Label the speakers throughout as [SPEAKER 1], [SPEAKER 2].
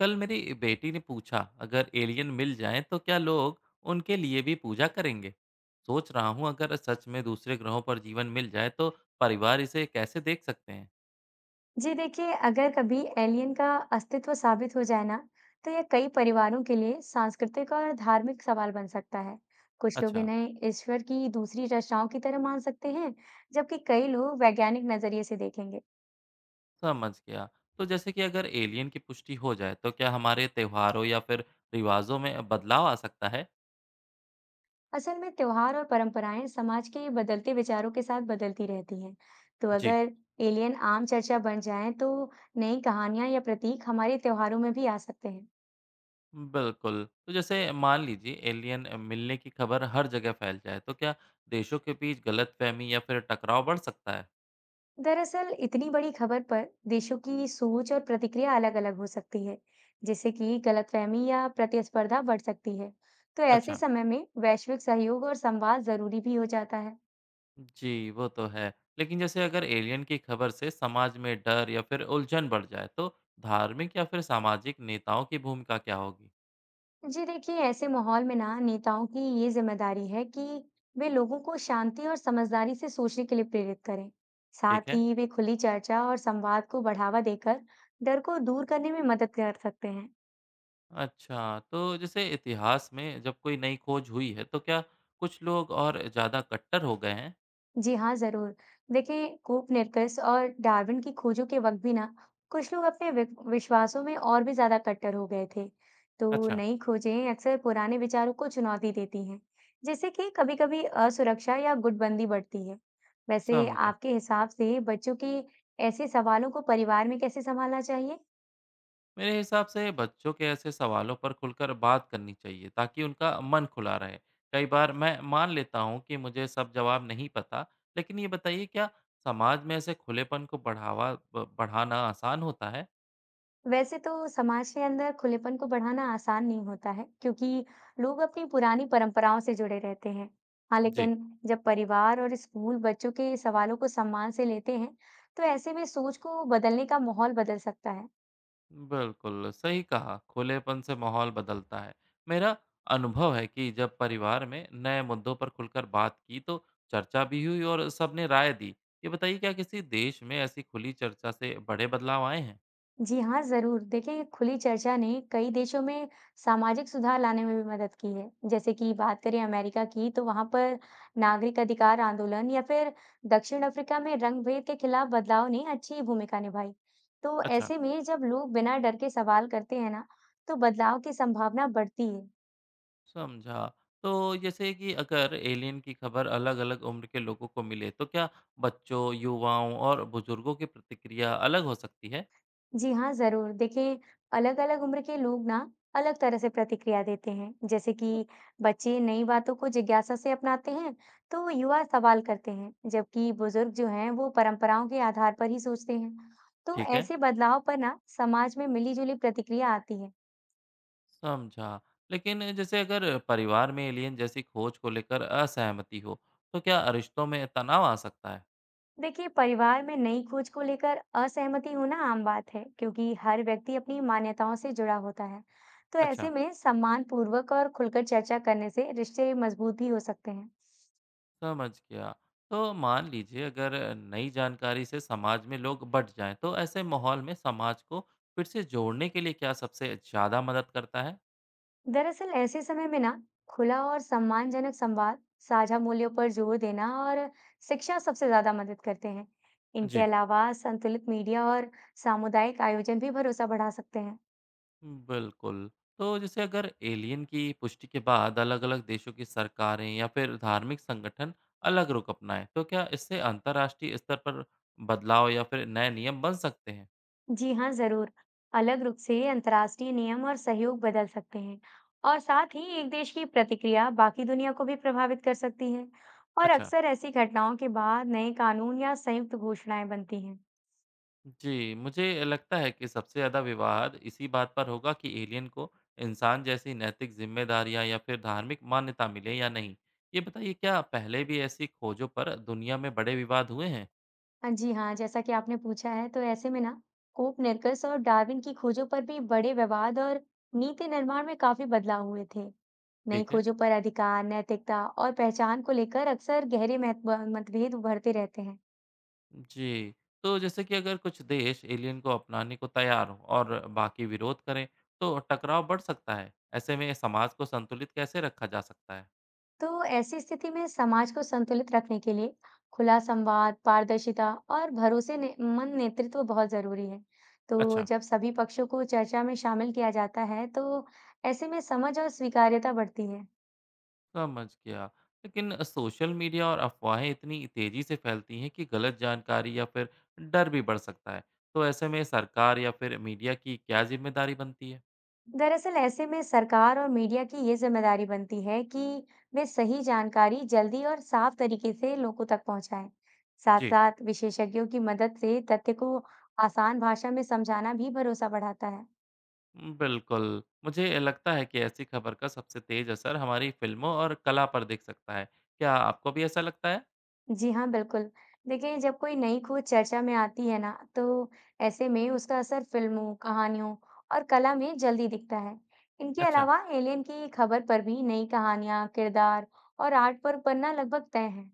[SPEAKER 1] कल मेरी बेटी ने पूछा, अगर एलियन मिल जाएं तो क्या लोग उनके लिए भी पूजा करेंगे। सोच रहा हूँ अगर सच में दूसरे ग्रहों पर जीवन मिल जाए तो परिवार इसे कैसे देख सकते हैं।
[SPEAKER 2] जी देखिए, अगर कभी एलियन का अस्तित्व साबित हो जाए ना, तो यह कई परिवारों के लिए सांस्कृतिक और धार्मिक सवाल बन सकता है। कुछ लोग
[SPEAKER 1] अच्छा।
[SPEAKER 2] इन्हें ईश्वर की दूसरी रचनाओं की तरह मान सकते हैं, जबकि कई लोग वैज्ञानिक नजरिए से देखेंगे।
[SPEAKER 1] समझ गया। तो जैसे कि अगर एलियन की पुष्टि हो जाए तो क्या हमारे त्योहारों या फिर रिवाजों में बदलाव आ सकता है।
[SPEAKER 2] असल में त्योहार और परंपराएं समाज के बदलते विचारों के साथ बदलती रहती हैं। तो
[SPEAKER 1] जी।
[SPEAKER 2] अगर एलियन आम चर्चा बन जाए, तो नई कहानियां या प्रतीक हमारे त्योहारों में भी आ सकते हैं।
[SPEAKER 1] बिल्कुल। तो जैसे मान लीजिए एलियन मिलने की खबर हर जगह फैल जाए तो क्या देशों के बीच गलतफहमी या फिर टकराव बढ़ सकता है।
[SPEAKER 2] दरअसल इतनी बड़ी खबर पर देशों की सोच और प्रतिक्रिया अलग-अलग हो सकती है, जिससे कि गलतफहमी या प्रतिस्पर्धा बढ़ सकती है। तो ऐसे
[SPEAKER 1] अच्छा।
[SPEAKER 2] समय में वैश्विक सहयोग और संवाद जरूरी भी हो जाता है।
[SPEAKER 1] जी, वो तो है। लेकिन जैसे अगर एलियन की खबर से समाज में डर या फिर उलझन बढ़ जाए, तो धार्मिक या फिर सामाजिक नेताओं की भूमिका क्या होगी?
[SPEAKER 2] जी देखिए, ऐसे माहौल में ना नेताओं की ये जिम्मेदारी है कि वे लोगों को शांति और समझदारी से सोचने के लिए प्रेरित करें।
[SPEAKER 1] ठीक
[SPEAKER 2] साथ
[SPEAKER 1] है।
[SPEAKER 2] ही वे खुली चर्चा और संवाद को बढ़ावा देकर डर को दूर करने में मदद कर सकते हैं।
[SPEAKER 1] अच्छा, तो जैसे इतिहास में जब कोई नई खोज हुई है, तो क्या कुछ लोग और ज़्यादा कट्टर हो गए हैं?
[SPEAKER 2] जी हाँ, ज़रूर। देखिए, कोपरनिकस और डार्विन की खोजों के वक़्त भी ना, कुछ लोग अपने वि विश्वासों में और भी ज़्यादा कट्टर हो गए थे। तो
[SPEAKER 1] अच्छा,
[SPEAKER 2] नई खोजें अक्सर पुराने विचारों को चुनौती देती हैं, जिससे कि कभी-कभी असुरक्षा या गुटबंदी बढ़ती है। वैसे
[SPEAKER 1] समझा।
[SPEAKER 2] आपके हिसाब से बच्चों के ऐसे सवालों को परिवार में कैसे सँभालना चाहिए?
[SPEAKER 1] मेरे हिसाब से बच्चों के ऐसे सवालों पर खुलकर बात करनी चाहिए ताकि उनका मन खुला रहे। कई बार मैं मान लेता हूँ कि मुझे सब जवाब नहीं पता। लेकिन ये बताइए क्या समाज में ऐसे खुलेपन को बढ़ावा बढ़ाना आसान होता है।
[SPEAKER 2] वैसे तो समाज के अंदर खुलेपन को बढ़ाना आसान नहीं होता है क्योंकि लोग अपनी पुरानी परंपराओं से जुड़े रहते हैं। हाँ
[SPEAKER 1] जी।
[SPEAKER 2] लेकिन जब परिवार और स्कूल बच्चों के सवालों को सम्मान से लेते हैं, तो ऐसे में सोच को बदलने का माहौल बदल सकता है।
[SPEAKER 1] बिल्कुल सही कहा, खुलेपन से माहौल बदलता है। मेरा अनुभव है कि जब परिवार में नए मुद्दों पर खुलकर बात की तो चर्चा भी हुई और सबने राय दी। ये बताइए क्या किसी देश में ऐसी खुली चर्चा से बड़े बदलाव आए हैं।
[SPEAKER 2] जी हाँ, ज़रूर। देखिए, ये खुली चर्चा ने कई देशों में सामाजिक सुधार लाने में भी मदद की है। जैसे कि बात करें अमेरिका की, तो वहाँ पर नागरिक अधिकार आंदोलन या फिर दक्षिण अफ्रीका में रंग-भेद के खिलाफ बदलाव ने अच्छी भूमिका निभाई। तो
[SPEAKER 1] अच्छा।
[SPEAKER 2] ऐसे में जब लोग बिना डर के सवाल करते हैं ना, तो बदलाव की संभावना बढ़ती है।
[SPEAKER 1] समझा। तो जैसे कि अगर एलियन की खबर अलग-अलग उम्र के लोगों को मिले, तो क्या बच्चों, युवाओं और बुजुर्गों की प्रतिक्रिया अलग हो सकती है?
[SPEAKER 2] जी हाँ, ज़रूर। देखिए, अलग-अलग उम्र के लोग ना अलग तरह से प्रतिक्रिया देते हैं। जैसे कि बच्चे नई बातों को जिज्ञासा से अपनाते हैं, तो युवा सवाल करते हैं, जबकि बुजुर्ग जो हैं, वो परंपराओं के आधार पर ही सोचते हैं। तो
[SPEAKER 1] ठीक है,
[SPEAKER 2] ऐसे बदलाव पर ना समाज में मिली-जुली प्रतिक्रिया आती है।
[SPEAKER 1] समझा। लेकिन जैसे अगर परिवार में एलियन जैसी खोज को लेकर असहमति हो, तो क्या रिश्तों में तनाव आ सकता है?
[SPEAKER 2] देखिए, परिवार में नई खोज को लेकर असहमति होना आम बात है, क्योंकि हर व्यक्ति अपनी मान्यताओं से जुड़ा होता है। तो
[SPEAKER 1] अच्छा,
[SPEAKER 2] ऐसे में सम्मान पूर्वक और खुलकर चर्चा करने से रिश्ते मजबूत भी हो सकते हैं।
[SPEAKER 1] समझ गया। तो मान लीजिए अगर नई जानकारी से समाज में लोग बँट जाएँ, तो ऐसे माहौल में समाज को फिर से जोड़ने के लिए क्या सबसे ज़्यादा मदद करता है?
[SPEAKER 2] दरअसल ऐसे समय में ना खुला और सम्मानजनक संवाद, साझा मूल्यों पर जोर देना और शिक्षा सबसे ज्यादा मदद करते हैं। इनके
[SPEAKER 1] जी।
[SPEAKER 2] अलावा संतुलित मीडिया और सामुदायिक आयोजन भी भरोसा बढ़ा सकते हैं।
[SPEAKER 1] बिल्कुल। तो जैसे अगर एलियन की पुष्टि के बाद अलग-अलग देशों की सरकारें या फिर धार्मिक संगठन अलग रुख अपनाएं, तो क्या इससे अंतर्राष्ट्रीय स्तर पर बदलाव या फिर नए नियम बन सकते हैं?
[SPEAKER 2] जी हाँ, जरूर। अलग रूप से अंतर्राष्ट्रीय नियम और सहयोग बदल सकते हैं, और साथ ही एक देश की प्रतिक्रिया बाकी दुनिया को भी प्रभावित कर सकती है, और
[SPEAKER 1] अच्छा।
[SPEAKER 2] अक्सर ऐसी घटनाओं के बाद नए कानून या संयुक्त घोषणाएं बनती हैं।
[SPEAKER 1] जी, मुझे लगता है कि सबसे ज़्यादा विवाद इसी बात पर होगा कि एलियन को इंसान जैसी नैतिक ज़िम्मेदारियाँ या फिर धार्मिक मान्यता मिले या नहीं। ये बताइए क्या पहले भी ऐसी खोजों पर दुनिया में बड़े विवाद हुए हैं?
[SPEAKER 2] हाँ, जी हाँ, जैसा कि आपने पूछा है, तो ऐसे में ना कोपरनिकस और डार्विन की खोजों पर भी बड़े विवाद और नीति निर्माण में काफी बदलाव हुए थे। नई
[SPEAKER 1] ठीक है।
[SPEAKER 2] खोजों पर अधिकार, नैतिकता और पहचान को लेकर अक्सर गहरे मतभेद उभरते रहते हैं।
[SPEAKER 1] जी, तो जैसे कि अगर कुछ देश एलियन को अपनाने को तैयार हों और बाकी विरोध करें, तो टकराव बढ़ सकता है। ऐसे में समाज को संतुलित कैसे रखा जा सकता है?
[SPEAKER 2] तो ऐसी स्थिति में समाज को संतुलित रखने के लिए खुला संवाद, पारदर्शिता और भरोसे ने, मन नेतृत्व बहुत जरूरी है। तो
[SPEAKER 1] अच्छा,
[SPEAKER 2] जब सभी पक्षों को चर्चा में शामिल किया जाता है, तो ऐसे में समझ और स्वीकार्यता बढ़ती है।
[SPEAKER 1] समझ गया। लेकिन सोशल मीडिया और अफवाहें इतनी तेज़ी से फैलती हैं कि गलत जानकारी या फिर डर भी बढ़ सकता है। तो ऐसे में सरकार या फिर मीडिया की क्या ज़िम्मेदारी बनती है?
[SPEAKER 2] दरअसल ऐसे में सरकार और मीडिया की ये जिम्मेदारी बनती है कि वे सही जानकारी जल्दी और साफ तरीके से लोगों तक पहुंचाएं। साथ
[SPEAKER 1] जी,
[SPEAKER 2] साथ विशेषज्ञों की मदद से तथ्य को आसान भाषा में समझाना भी भरोसा बढ़ाता है।
[SPEAKER 1] बिल्कुल। मुझे लगता है कि ऐसी खबर का सबसे तेज़ असर हमारी फ़िल्मों और कला पर दिख सकता है। क्या आपको भी ऐसा लगता है?
[SPEAKER 2] जी हाँ, बिल्कुल। देखिए, जब कोई नई खोज चर्चा में आती है ना, तो ऐसे में उसका असर फिल्मों, कहानियों और कला में जल्दी दिखता है। इनके
[SPEAKER 1] अच्छा,
[SPEAKER 2] अलावा एलियन की खबर पर भी नई कहानियां, किरदार और आर्ट पर बनना लगभग तय है।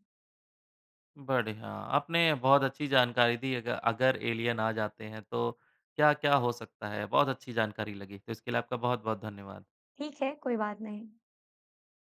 [SPEAKER 1] बढ़िया। आपने बहुत अच्छी जानकारी दी, अग अगर एलियन आ जाते हैं तो क्या-क्या हो सकता है, बहुत अच्छी जानकारी लगी। तो इसके लिए आपका बहुत-बहुत धन्यवाद।
[SPEAKER 2] ठीक है, कोई बात नहीं।